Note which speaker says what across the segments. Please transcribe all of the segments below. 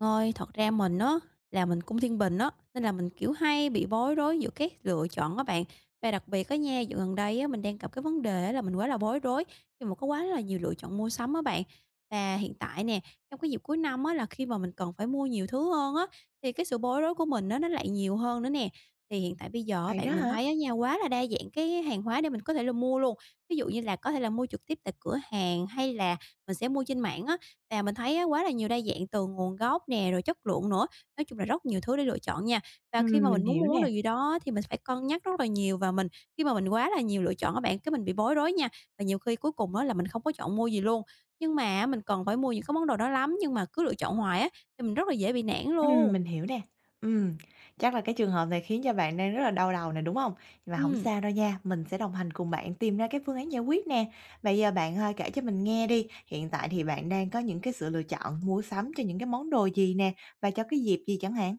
Speaker 1: Ơi, thật ra mình á là mình cung thiên bình á, nên là mình, kiểu, hay bị bối rối giữa cái lựa chọn các bạn. Và đặc biệt á nha, dạo gần đây á, mình đang gặp cái vấn đề á là mình quá là bối rối khi mà có quá là nhiều lựa chọn mua sắm á bạn. Và hiện tại nè, trong cái dịp cuối năm á là khi mà mình cần phải mua nhiều thứ hơn á, thì cái sự bối rối của mình á nó lại nhiều hơn nữa nè. Thì hiện tại bây giờ á
Speaker 2: Vậy đó
Speaker 1: bạn, mình
Speaker 2: hả?
Speaker 1: thấy á nha, quá là đa dạng cái hàng hóa để mình có thể là mua luôn. Ví dụ như là có thể là mua trực tiếp tại cửa hàng hay là mình sẽ mua trên mạng á, và mình thấy á, quá là nhiều đa dạng từ nguồn gốc nè, rồi chất lượng nữa, nói chung là rất nhiều thứ để lựa chọn nha. Và khi mà
Speaker 2: Mình
Speaker 1: mình muốn
Speaker 2: hiểu
Speaker 1: mua món đồ
Speaker 2: nè,
Speaker 1: gì đó thì mình phải cân nhắc rất là nhiều và mình khi mà mình quá là nhiều lựa chọn các bạn, cái mình bị bối rối nha, và nhiều khi cuối cùng á là mình không có chọn mua gì luôn. Nhưng mà á, mình cần phải mua những cái món đồ đó lắm, nhưng mà cứ lựa chọn hoài á, thì mình rất là dễ bị nản luôn.
Speaker 2: mình hiểu nè. Ừm, chắc là cái trường hợp này khiến cho bạn đang rất là đau đầu nè, đúng hông? Mà hổng
Speaker 1: Ừm.
Speaker 2: sao đâu nha, mình sẽ đồng hành cùng bạn tìm ra cái phương án giải quyết nè. Bây giờ bạn, kể cho mình nghe đi, hiện tại thì bạn đang có những cái sự lựa chọn mua sắm cho những cái món đồ gì nè, và cho cái dịp gì chẳng hạn?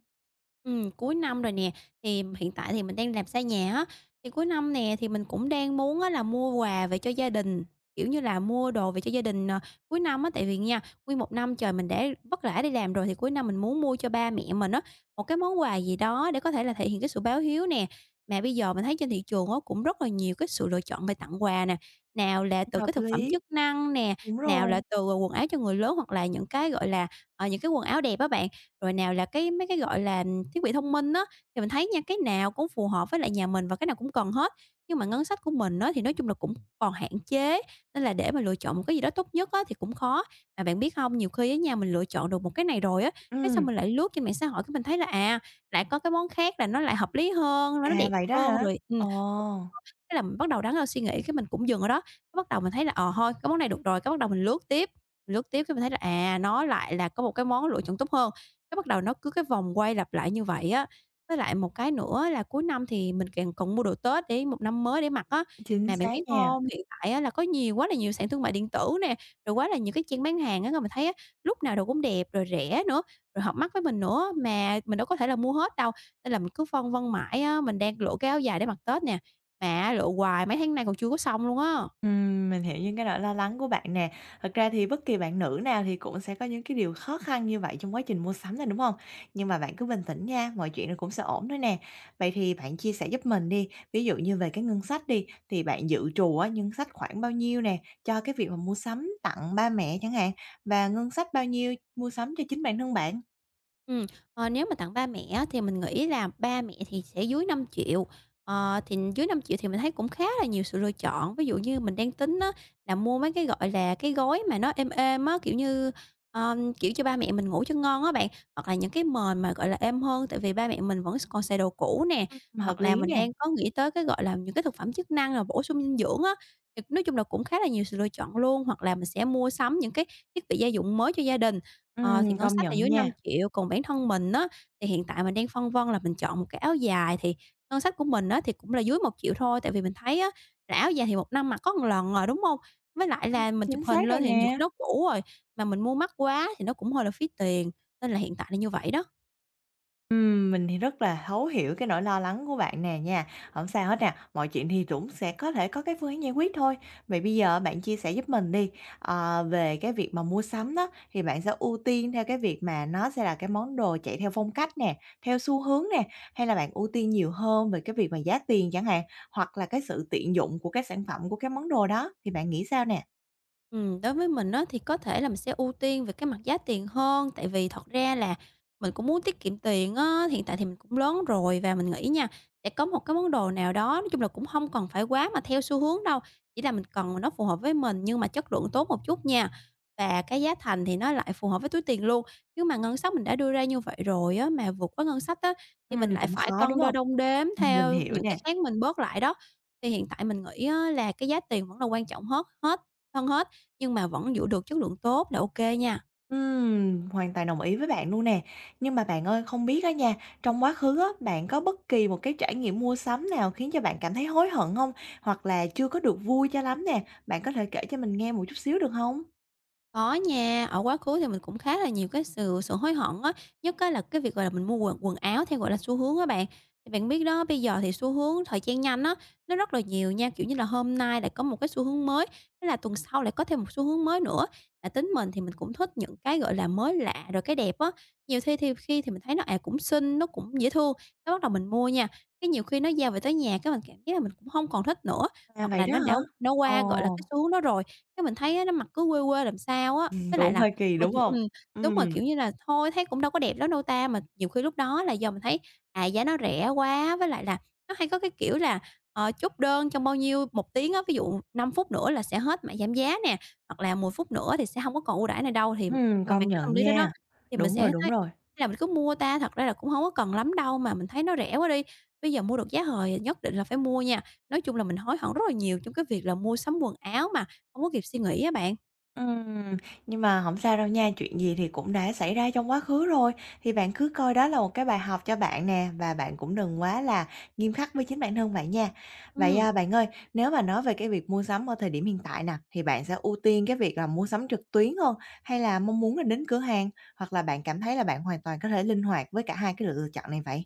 Speaker 1: Cuối năm rồi nè, thì hiện tại thì mình đang làm xa nhà á, thì cuối năm nè thì mình cũng đang muốn á là mua quà về cho gia đình, kiểu như là, mua đồ về cho gia đình, cuối năm á. Tại vì nha, nguyên một năm trời mình đã vất vả đi làm rồi thì cuối năm mình muốn mua cho ba mẹ mình á, một cái món quà gì đó để có thể là thể hiện cái sự báo hiếu nè. Mà bây giờ mình thấy trên thị trường á, cũng rất là nhiều cái sự lựa chọn về tặng quà nè, nào là từ
Speaker 2: Hợp
Speaker 1: cái thực phẩm
Speaker 2: lý,
Speaker 1: chức năng nè,
Speaker 2: đúng
Speaker 1: nào
Speaker 2: rồi,
Speaker 1: là từ, quần áo cho người lớn hoặc là những cái, gọi là, những cái quần áo đẹp á bạn, rồi nào là cái mấy cái, gọi là thiết bị thông minh á, thì mình thấy nha, cái nào cũng phù hợp với lại nhà mình và cái nào cũng cần hết. Nhưng mà ngân sách của mình á, thì nói chung là cũng còn hạn chế, nên là để mà lựa chọn một cái gì đó tốt nhất á, thì cũng khó. Mà bạn biết không nhiều khi á nha, mình lựa chọn được một cái này rồi á, cái xong
Speaker 2: ừm,
Speaker 1: mình lại lướt trên mạng xã hội cái mình thấy là, à, lại có cái món khác là nó lại hợp lý hơn, nó
Speaker 2: à,
Speaker 1: đẹp
Speaker 2: vậy đó
Speaker 1: hơn,
Speaker 2: hả?
Speaker 1: rồi
Speaker 2: Ồ,
Speaker 1: Thế là mình bắt đầu đắn đo suy nghĩ, cái mình cũng dừng ở đó, cái bắt đầu mình thấy là, ờ, thôi, cái món này được rồi, cái bắt đầu mình lướt tiếp cái mình thấy là, à, nó lại là có một cái món lựa chọn tốt hơn. Cái bắt đầu nó cứ cái vòng quay lặp lại như vậy á. Với lại một cái nữa là cuối năm thì mình càng còn mua đồ Tết để một năm mới để mặc á.
Speaker 2: chính
Speaker 1: Mà bạn
Speaker 2: xác
Speaker 1: biết
Speaker 2: nha.
Speaker 1: không hiện tại á là có nhiều quá là nhiều sàn thương mại điện tử nè, rồi quá là nhiều cái trang bán hàng á, cái mình thấy á, lúc nào đồ cũng đẹp, rồi rẻ nữa, rồi hợp mắt với mình nữa, mà mình đâu có thể là mua hết đâu. Nên là mình cứ phân vân mãi á, mình đang lựa cái áo dài để mặc Tết nè, mà á lựa hoài mấy tháng nay còn chưa có xong luôn á.
Speaker 2: Mình hiểu những cái nỗi lo lắng của bạn nè. Thật ra thì bất kỳ bạn nữ nào thì cũng sẽ có những cái điều khó khăn như vậy trong quá trình mua sắm này, đúng không? Nhưng mà bạn cứ bình tĩnh nha, mọi chuyện nó cũng sẽ ổn thôi nè. Vậy thì bạn chia sẻ giúp mình đi, ví dụ như về cái ngân sách đi, thì bạn dự trù á, ngân sách khoảng bao nhiêu nè, cho cái việc mà mua sắm tặng ba mẹ chẳng hạn, và ngân sách bao nhiêu mua sắm cho chính bản thân bạn?
Speaker 1: Ừm, nếu mà tặng ba mẹ á thì mình nghĩ là ba mẹ thì sẽ dưới 5 triệu thì dưới 5 triệu thì mình thấy cũng khá là nhiều sự lựa chọn. Ví dụ như mình đang tính á là mua mấy cái, gọi là, cái gói mà nó êm êm á, kiểu như, kiểu, cho ba mẹ mình ngủ cho ngon á bạn, hoặc là những cái mền mà, gọi là, êm hơn, tại vì ba mẹ mình vẫn còn xài đồ cũ nè.
Speaker 2: Hợp
Speaker 1: Hoặc là
Speaker 2: lý
Speaker 1: mình
Speaker 2: nè,
Speaker 1: đang có nghĩ tới cái, gọi là, những cái thực phẩm chức năng là bổ sung dinh dưỡng á, thì nói chung là cũng khá là nhiều sự lựa chọn luôn. Hoặc là mình sẽ mua sắm những cái thiết bị gia dụng mới cho gia đình, Ờ, thì ngân
Speaker 2: công
Speaker 1: sách là
Speaker 2: nhận
Speaker 1: dưới
Speaker 2: nha,
Speaker 1: 5 triệu còn bản thân mình á, thì hiện tại mình đang phân vân là mình chọn một cái áo dài thì ngân sách của mình á, thì cũng là dưới 1 triệu thôi, tại vì mình thấy á, là áo dài thì một năm mặc có một lần rồi đúng không? Với lại là mình chụp
Speaker 2: chính
Speaker 1: hình
Speaker 2: xác rồi
Speaker 1: lên thì nhiều khi
Speaker 2: nè.
Speaker 1: nó cũ rồi, mà mình mua mắc quá thì nó cũng hơi là phí tiền, nên là hiện tại là như vậy đó.
Speaker 2: Mình thì rất là thấu hiểu cái nỗi lo lắng của bạn nè nha. Không sao hết nè, mọi chuyện thì cũng sẽ có thể có cái phương án giải quyết thôi. Vậy bây giờ bạn chia sẻ giúp mình đi, ờ, về cái việc mà mua sắm đó, thì bạn sẽ ưu tiên theo cái việc mà nó sẽ là cái món đồ chạy theo phong cách nè, theo xu hướng nè, hay là bạn ưu tiên nhiều hơn về cái việc mà giá tiền chẳng hạn, hoặc là cái sự tiện dụng của cái sản phẩm, của cái món đồ đó, thì bạn nghĩ sao nè?
Speaker 1: Đối với mình á, thì có thể là mình sẽ ưu tiên về cái mặt giá tiền hơn, tại vì thật ra là mình cũng muốn tiết kiệm tiền á. Hiện tại thì mình cũng lớn rồi và mình nghĩ nha, sẽ có một cái món đồ nào đó, nói chung là cũng không cần phải quá mà theo xu hướng đâu, chỉ là mình cần mà nó phù hợp với mình nhưng mà chất lượng tốt một chút nha, và cái giá thành thì nó lại phù hợp với túi tiền luôn. Chứ mà ngân sách mình đã đưa ra như vậy rồi á, mà vượt quá ngân sách á, thì mình lại
Speaker 2: Cũng
Speaker 1: phải
Speaker 2: khó, đúng
Speaker 1: cân đo
Speaker 2: không?
Speaker 1: đong đếm
Speaker 2: mình
Speaker 1: theo
Speaker 2: hiểu
Speaker 1: những cái
Speaker 2: nè.
Speaker 1: khác mình bớt lại đó. Thì hiện tại mình nghĩ á, là cái giá tiền vẫn là quan trọng hết, hết hơn hết. Nhưng mà vẫn giữ được chất lượng tốt là ok nha.
Speaker 2: Hoàn toàn đồng ý với bạn luôn nè. Nhưng mà bạn ơi, không biết á nha, trong quá khứ á, bạn có bất kỳ một cái trải nghiệm mua sắm nào khiến cho bạn cảm thấy hối hận không? Hoặc là chưa có được vui cho lắm nè, bạn có thể kể cho mình nghe một chút xíu được không?
Speaker 1: Có nha, ở quá khứ thì mình cũng khá là nhiều cái sự sự hối hận á, nhất á là cái việc, gọi là, mình mua quần quần áo theo, gọi là, xu hướng á bạn. Thì bạn biết đó, bây giờ thì xu hướng thời trang nhanh á, nó rất là nhiều nha, kiểu như là, hôm nay lại có một cái xu hướng mới, thế là tuần sau lại có thêm một xu hướng mới nữa. Là tính mình thì mình cũng thích những cái, gọi là, mới lạ rồi cái đẹp á, nhiều khi thì mình thấy nó, à, cũng xinh, nó cũng dễ thương, cái bắt đầu mình mua nha. Cái nhiều khi nó giao về tới nhà cái mình cảm thấy là mình cũng không còn thích nữa.
Speaker 2: À,
Speaker 1: Hoặc
Speaker 2: vậy
Speaker 1: là
Speaker 2: đó
Speaker 1: nó
Speaker 2: hả?
Speaker 1: đã nó qua, gọi là,
Speaker 2: Ồ,
Speaker 1: cái xu hướng đó rồi, cái mình thấy á nó mặc cứ quê quê làm sao á. Với lại
Speaker 2: cũng
Speaker 1: là
Speaker 2: hơi kỳ,
Speaker 1: mình
Speaker 2: đúng không?
Speaker 1: đúng rồi,
Speaker 2: Ừm,
Speaker 1: kiểu như là, thôi thấy cũng đâu có đẹp lắm đâu ta, mà nhiều khi lúc đó là do mình thấy, à, giá nó rẻ quá, với lại là nó hay có cái kiểu là, chốt đơn trong bao nhiêu một tiếng á, ví dụ 5 phút nữa là sẽ hết mã giảm giá nè, hoặc là 10 phút nữa thì sẽ hông có còn ưu đãi này đâu, thì mà
Speaker 2: công
Speaker 1: mang cái tâm
Speaker 2: nhận
Speaker 1: lý đó đó,
Speaker 2: nha.
Speaker 1: thì mình
Speaker 2: Đúng rồi,
Speaker 1: sẽ
Speaker 2: đúng
Speaker 1: thấy
Speaker 2: rồi.
Speaker 1: hay là mình cứ mua ta, thật ra là cũng hông có cần lắm đâu, mà mình thấy nó rẻ quá đi, bây giờ mua được giá hời nhất định là phải mua nha. Nói chung là mình hối hận rất là nhiều trong cái việc là mua sắm quần áo mà không có kịp suy nghĩ á bạn.
Speaker 2: Ừm, nhưng mà không sao đâu nha, chuyện gì thì cũng đã xảy ra trong quá khứ rồi, thì bạn cứ coi đó là một cái bài học cho bạn nè, và bạn cũng đừng quá là nghiêm khắc với chính bản thân bạn nha. Vậy, à,
Speaker 1: Ừm.
Speaker 2: bạn ơi, nếu mà nói về cái việc mua sắm ở thời điểm hiện tại nè, thì bạn sẽ ưu tiên cái việc là mua sắm trực tuyến hơn, hay là mong muốn là đến cửa hàng? Hoặc là bạn cảm thấy là bạn hoàn toàn có thể linh hoạt với cả hai cái lựa chọn này vậy?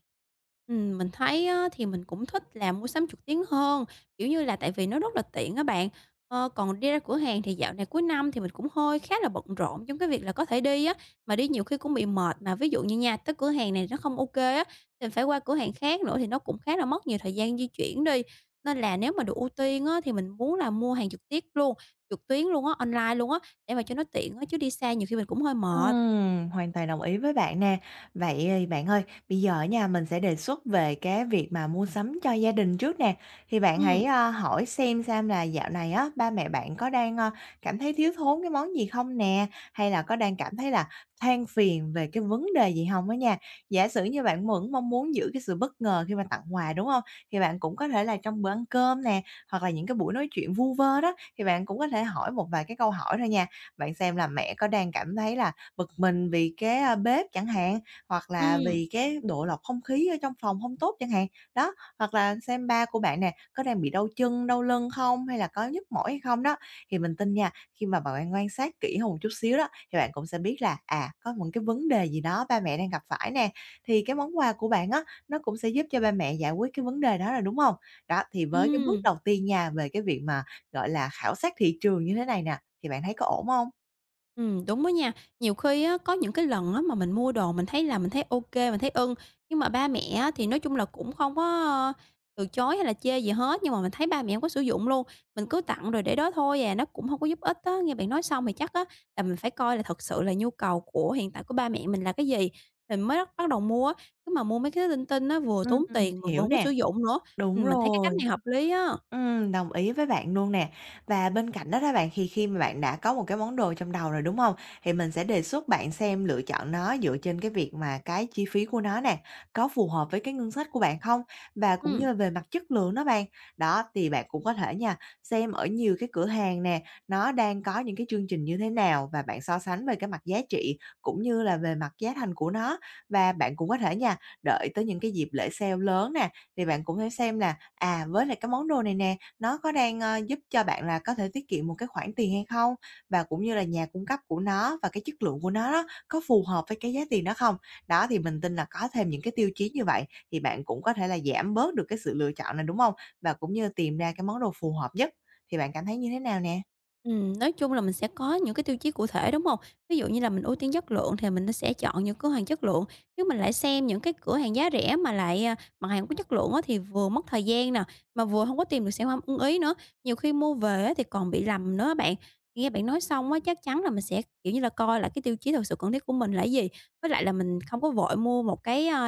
Speaker 1: Mình thấy á, thì mình cũng thích là mua sắm trực tuyến hơn, kiểu như là, tại vì nó rất là tiện các bạn. Ờ, còn đi ra cửa hàng thì dạo này cuối năm thì mình cũng hơi khá là bận rộn trong cái việc là có thể đi á, mà đi nhiều khi cũng bị mệt. Mà ví dụ như nha, tới cửa hàng này nó không ok á, thì phải qua cửa hàng khác nữa thì nó cũng khá là mất nhiều thời gian di chuyển đi. Nên là nếu mà được ưu tiên á, thì mình muốn là mua hàng trực tiếp luôn trực tuyến luôn á, online luôn á, để mà cho nó tiện á, chứ đi xa nhiều khi mình cũng hơi mệt.
Speaker 2: Hoàn toàn đồng ý với bạn nè. Vậy, ờ, bạn ơi, bây giờ á nha, mình sẽ đề xuất về cái việc mà mua sắm cho gia đình trước nè. Thì bạn hãy,
Speaker 1: Ừm,
Speaker 2: hỏi xem là dạo này á, ba mẹ bạn có đang, ơ, cảm thấy thiếu thốn cái món gì không nè? Hay là có đang cảm thấy là than phiền về cái vấn đề gì không á nha? Giả sử như bạn vẫn mong muốn giữ cái sự bất ngờ khi mà tặng quà, đúng không? Thì bạn cũng có thể là trong bữa ăn cơm nè, hoặc là những cái buổi nói chuyện vu vơ đó, thì bạn cũng có thể hỏi một vài cái câu hỏi thôi nha. Bạn xem là mẹ có đang cảm thấy là bực mình vì cái, bếp chẳng hạn, hoặc là
Speaker 1: ừm,
Speaker 2: vì cái độ lọc không khí ở trong phòng hông tốt chẳng hạn. Đó, hoặc là xem ba của bạn nè, có đang bị đau chân, đau lưng không, hay là có nhức mỏi hay không đó. Thì mình tin nha, khi mà bạn quan sát kỹ hơn một chút xíu đó, thì bạn cũng sẽ biết là, à, có một cái vấn đề gì đó ba mẹ đang gặp phải nè, thì cái món quà của bạn á, nó cũng sẽ giúp cho ba mẹ giải quyết cái vấn đề đó rồi, đúng hông? Đó, thì với cái bước
Speaker 1: ừm.
Speaker 2: đầu tiên nha, về cái việc mà, gọi là, khảo sát thị trường như thế này nè, thì bạn thấy có ổn hông?
Speaker 1: Đúng đó nha. Nhiều khi á, có những cái lần á, mà mình mua đồ mình thấy là mình thấy OK, mình thấy ưng, nhưng mà ba mẹ á, thì nói chung là cũng không có, từ chối hay là chê gì hết, nhưng mà mình thấy ba mẹ hông có sử dụng luôn. Mình cứ tặng rồi để đó thôi à, nó cũng không có giúp ích á. Nghe bạn nói xong thì chắc á, là mình phải coi là thật sự là nhu cầu của hiện tại của ba mẹ mình là cái gì, mình mới bắt bắt đầu mua á. Chứ mà mua mấy cái linh tinh á, vừa
Speaker 2: Ừm,
Speaker 1: tốn tiền mà vừa
Speaker 2: hiểu
Speaker 1: không có sử
Speaker 2: nè.
Speaker 1: dụng nữa.
Speaker 2: Đúng
Speaker 1: Mình thấy cái cách
Speaker 2: rồi,
Speaker 1: này hợp lý á.
Speaker 2: đồng ý với bạn luôn nè. Và bên cạnh đó đó bạn, thì khi mà bạn đã có một cái món đồ trong đầu rồi, đúng không? Thì mình sẽ đề xuất bạn xem lựa chọn nó dựa trên cái việc mà cái chi phí của nó nè, có phù hợp với cái ngân sách của bạn không? Và cũng như
Speaker 1: Ừm.
Speaker 2: là về mặt chất lượng đó bạn. Đó, thì bạn cũng có thể nha, xem ở nhiều cái cửa hàng nè, nó đang có những cái chương trình như thế nào và bạn so sánh về cái mặt giá trị cũng như là về mặt giá thành của nó. Và bạn cũng có thể nha, đợi tới những cái dịp lễ sale lớn nè, thì bạn cũng thể xem là à, với lại cái món đồ này nè, nó có đang, ơ, giúp cho bạn là có thể tiết kiệm một cái khoản tiền hay không? Và cũng như là nhà cung cấp của nó và cái chất lượng của nó đó, có phù hợp với cái giá tiền đó không? Đó, thì mình tin là có thêm những cái tiêu chí như vậy thì bạn cũng có thể là giảm bớt được cái sự lựa chọn này, đúng không? Và cũng như tìm ra cái món đồ phù hợp nhất, thì bạn cảm thấy như thế nào nè?
Speaker 1: Nói chung là mình sẽ có những cái tiêu chí cụ thể, đúng hông? Ví dụ như là mình ưu tiên chất lượng thì mình nó sẽ chọn những cửa hàng chất lượng, chứ mình lại xem những cái cửa hàng giá rẻ mà lại, à, mặt hàng hông có chất lượng á thì vừa mất thời gian nè, mà vừa hông có tìm được sản phẩm ưng ý nữa. Nhiều khi mua về á thì còn bị lầm nữa á bạn. Nghe bạn nói xong á, chắc chắn là mình sẽ, kiểu như là, coi lại cái tiêu chí thực sự cần thiết của mình là cái gì, với lại là mình không có vội mua một cái,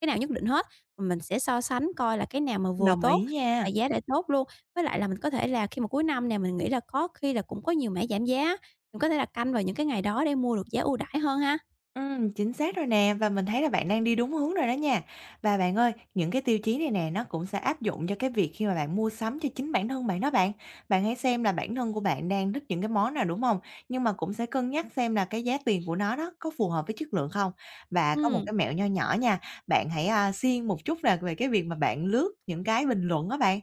Speaker 1: cái nào nhất định hết, mà mình sẽ so sánh coi là cái nào mà vừa
Speaker 2: Đồng
Speaker 1: tốt
Speaker 2: ý nha.
Speaker 1: và giá lại tốt luôn, với lại là mình có thể là khi mà cuối năm nè, mình nghĩ là có khi là cũng có nhiều mẻ giảm giá, mình có thể là canh vào những cái ngày đó để mua được giá ưu đãi hơn ha.
Speaker 2: Chính xác rồi nè, và mình thấy là bạn đang đi đúng hướng rồi đó nha. Và bạn ơi, những cái tiêu chí này nè, nó cũng sẽ áp dụng cho cái việc khi mà bạn mua sắm cho chính bản thân bạn đó bạn. Bạn hãy xem là bản thân của bạn đang thích những cái món nào, đúng không? Nhưng mà cũng sẽ cân nhắc xem là cái giá tiền của nó đó có phù hợp với chất lượng không? Và có một
Speaker 1: Ừm,
Speaker 2: cái mẹo nho nhỏ nha, bạn hãy, siêng một chút nè về cái việc mà bạn lướt những cái bình luận đó bạn,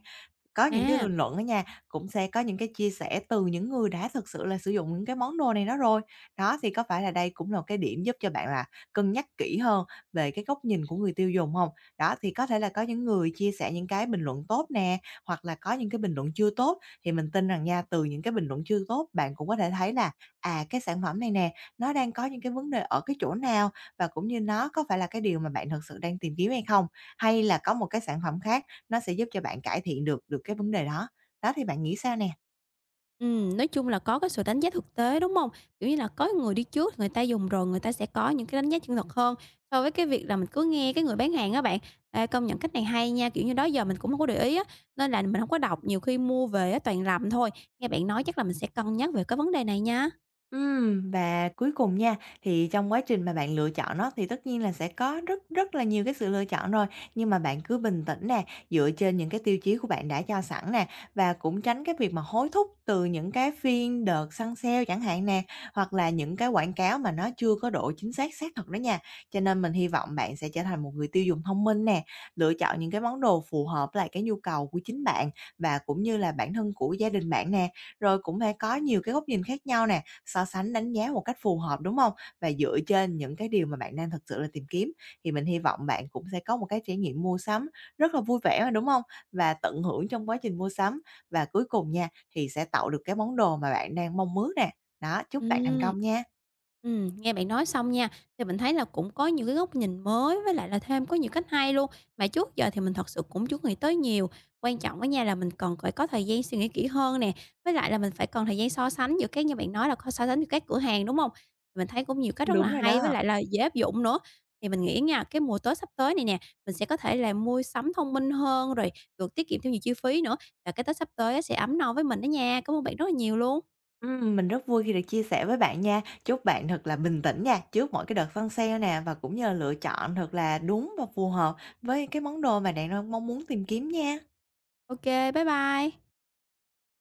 Speaker 2: có những cái
Speaker 1: à,
Speaker 2: bình luận á nha, cũng sẽ có những cái chia sẻ từ những người đã thực sự là sử dụng những cái món đồ này đó rồi. Đó, thì có phải là đây cũng là một cái điểm giúp cho bạn là cân nhắc kỹ hơn về cái góc nhìn của người tiêu dùng không? Đó, thì có thể là có những người chia sẻ những cái bình luận tốt nè, hoặc là có những cái bình luận chưa tốt, thì mình tin rằng nha, từ những cái bình luận chưa tốt bạn cũng có thể thấy là, à, cái sản phẩm này nè, nó đang có những cái vấn đề ở cái chỗ nào và cũng như nó có phải là cái điều mà bạn thực sự đang tìm kiếm hay không? Hay là có một cái sản phẩm khác nó sẽ giúp cho bạn cải thiện được được cái vấn đề đó. Đó, thì bạn nghĩ sao nè?
Speaker 1: nói chung là có cái sự đánh giá thực tế, đúng hông? Kiểu như là, có người đi trước, người ta dùng rồi, người ta sẽ có những cái đánh giá chân thật hơn, so với cái việc là mình cứ nghe cái người bán hàng á bạn. Ê, công nhận cách này hay nha, kiểu như, đó giờ mình cũng hông có để ý á, nên là mình hông có đọc, nhiều khi mua về á toàn lầm thôi. Nghe bạn nói chắc là mình sẽ cân nhắc về cái vấn đề này nha.
Speaker 2: Và cuối cùng nha, thì trong quá trình mà bạn lựa chọn nó thì tất nhiên là sẽ có rất rất là nhiều cái sự lựa chọn rồi, nhưng mà bạn cứ bình tĩnh nè, dựa trên những cái tiêu chí của bạn đã cho sẵn nè, và cũng tránh cái việc mà hối thúc từ những cái phiên đợt săn sale chẳng hạn nè, hoặc là những cái quảng cáo mà nó chưa có độ chính xác xác thực đó nha. Cho nên mình hy vọng bạn sẽ trở thành một người tiêu dùng thông minh nè, lựa chọn những cái món đồ phù hợp với lại cái nhu cầu của chính bạn và cũng như là bản thân của gia đình bạn nè, rồi cũng phải có nhiều cái góc nhìn khác nhau nè. So sánh đánh giá một cách phù hợp, đúng không? Và dựa trên những cái điều mà bạn đang thực sự là tìm kiếm, thì mình hy vọng bạn cũng sẽ có một cái trải nghiệm mua sắm rất là vui vẻ mà, đúng không? Và tận hưởng trong quá trình mua sắm và cuối cùng nha, thì sẽ tạo được cái món đồ mà bạn đang mong ước nè. Đó, chúc bạn thành
Speaker 1: Ừm.
Speaker 2: công nha.
Speaker 1: Nghe bạn nói xong nha, thì mình thấy là cũng có nhiều cái góc nhìn mới với lại là thêm có nhiều cách hay luôn, mà trước giờ thì mình thật sự cũng chưa nghĩ tới nhiều. Quan trọng á nha là mình cần phải có thời gian suy nghĩ kỹ hơn nè, với lại là mình phải cần thời gian so sánh giữa các, như bạn nói là có so sánh giữa các cửa hàng, đúng không? Mình thấy cũng nhiều cách rất
Speaker 2: Đúng
Speaker 1: là
Speaker 2: rồi đó.
Speaker 1: hay với lại là dễ áp dụng nữa. Thì mình nghĩ nha, cái mùa Tết sắp tới này nè, mình sẽ có thể là mua sắm thông minh hơn, rồi được tiết kiệm thêm nhiều chi phí nữa, và cái Tết sắp tới á sẽ ấm no với mình đó nha. Cảm ơn bạn rất là nhiều luôn.
Speaker 2: Mình rất vui khi được chia sẻ với bạn nha. Chúc bạn thật là bình tĩnh nha, trước mỗi cái đợt săn sale nè, và cũng như là lựa chọn thật là đúng và phù hợp với cái món đồ mà bạn đang mong muốn tìm kiếm nha.
Speaker 1: OK, bye bye.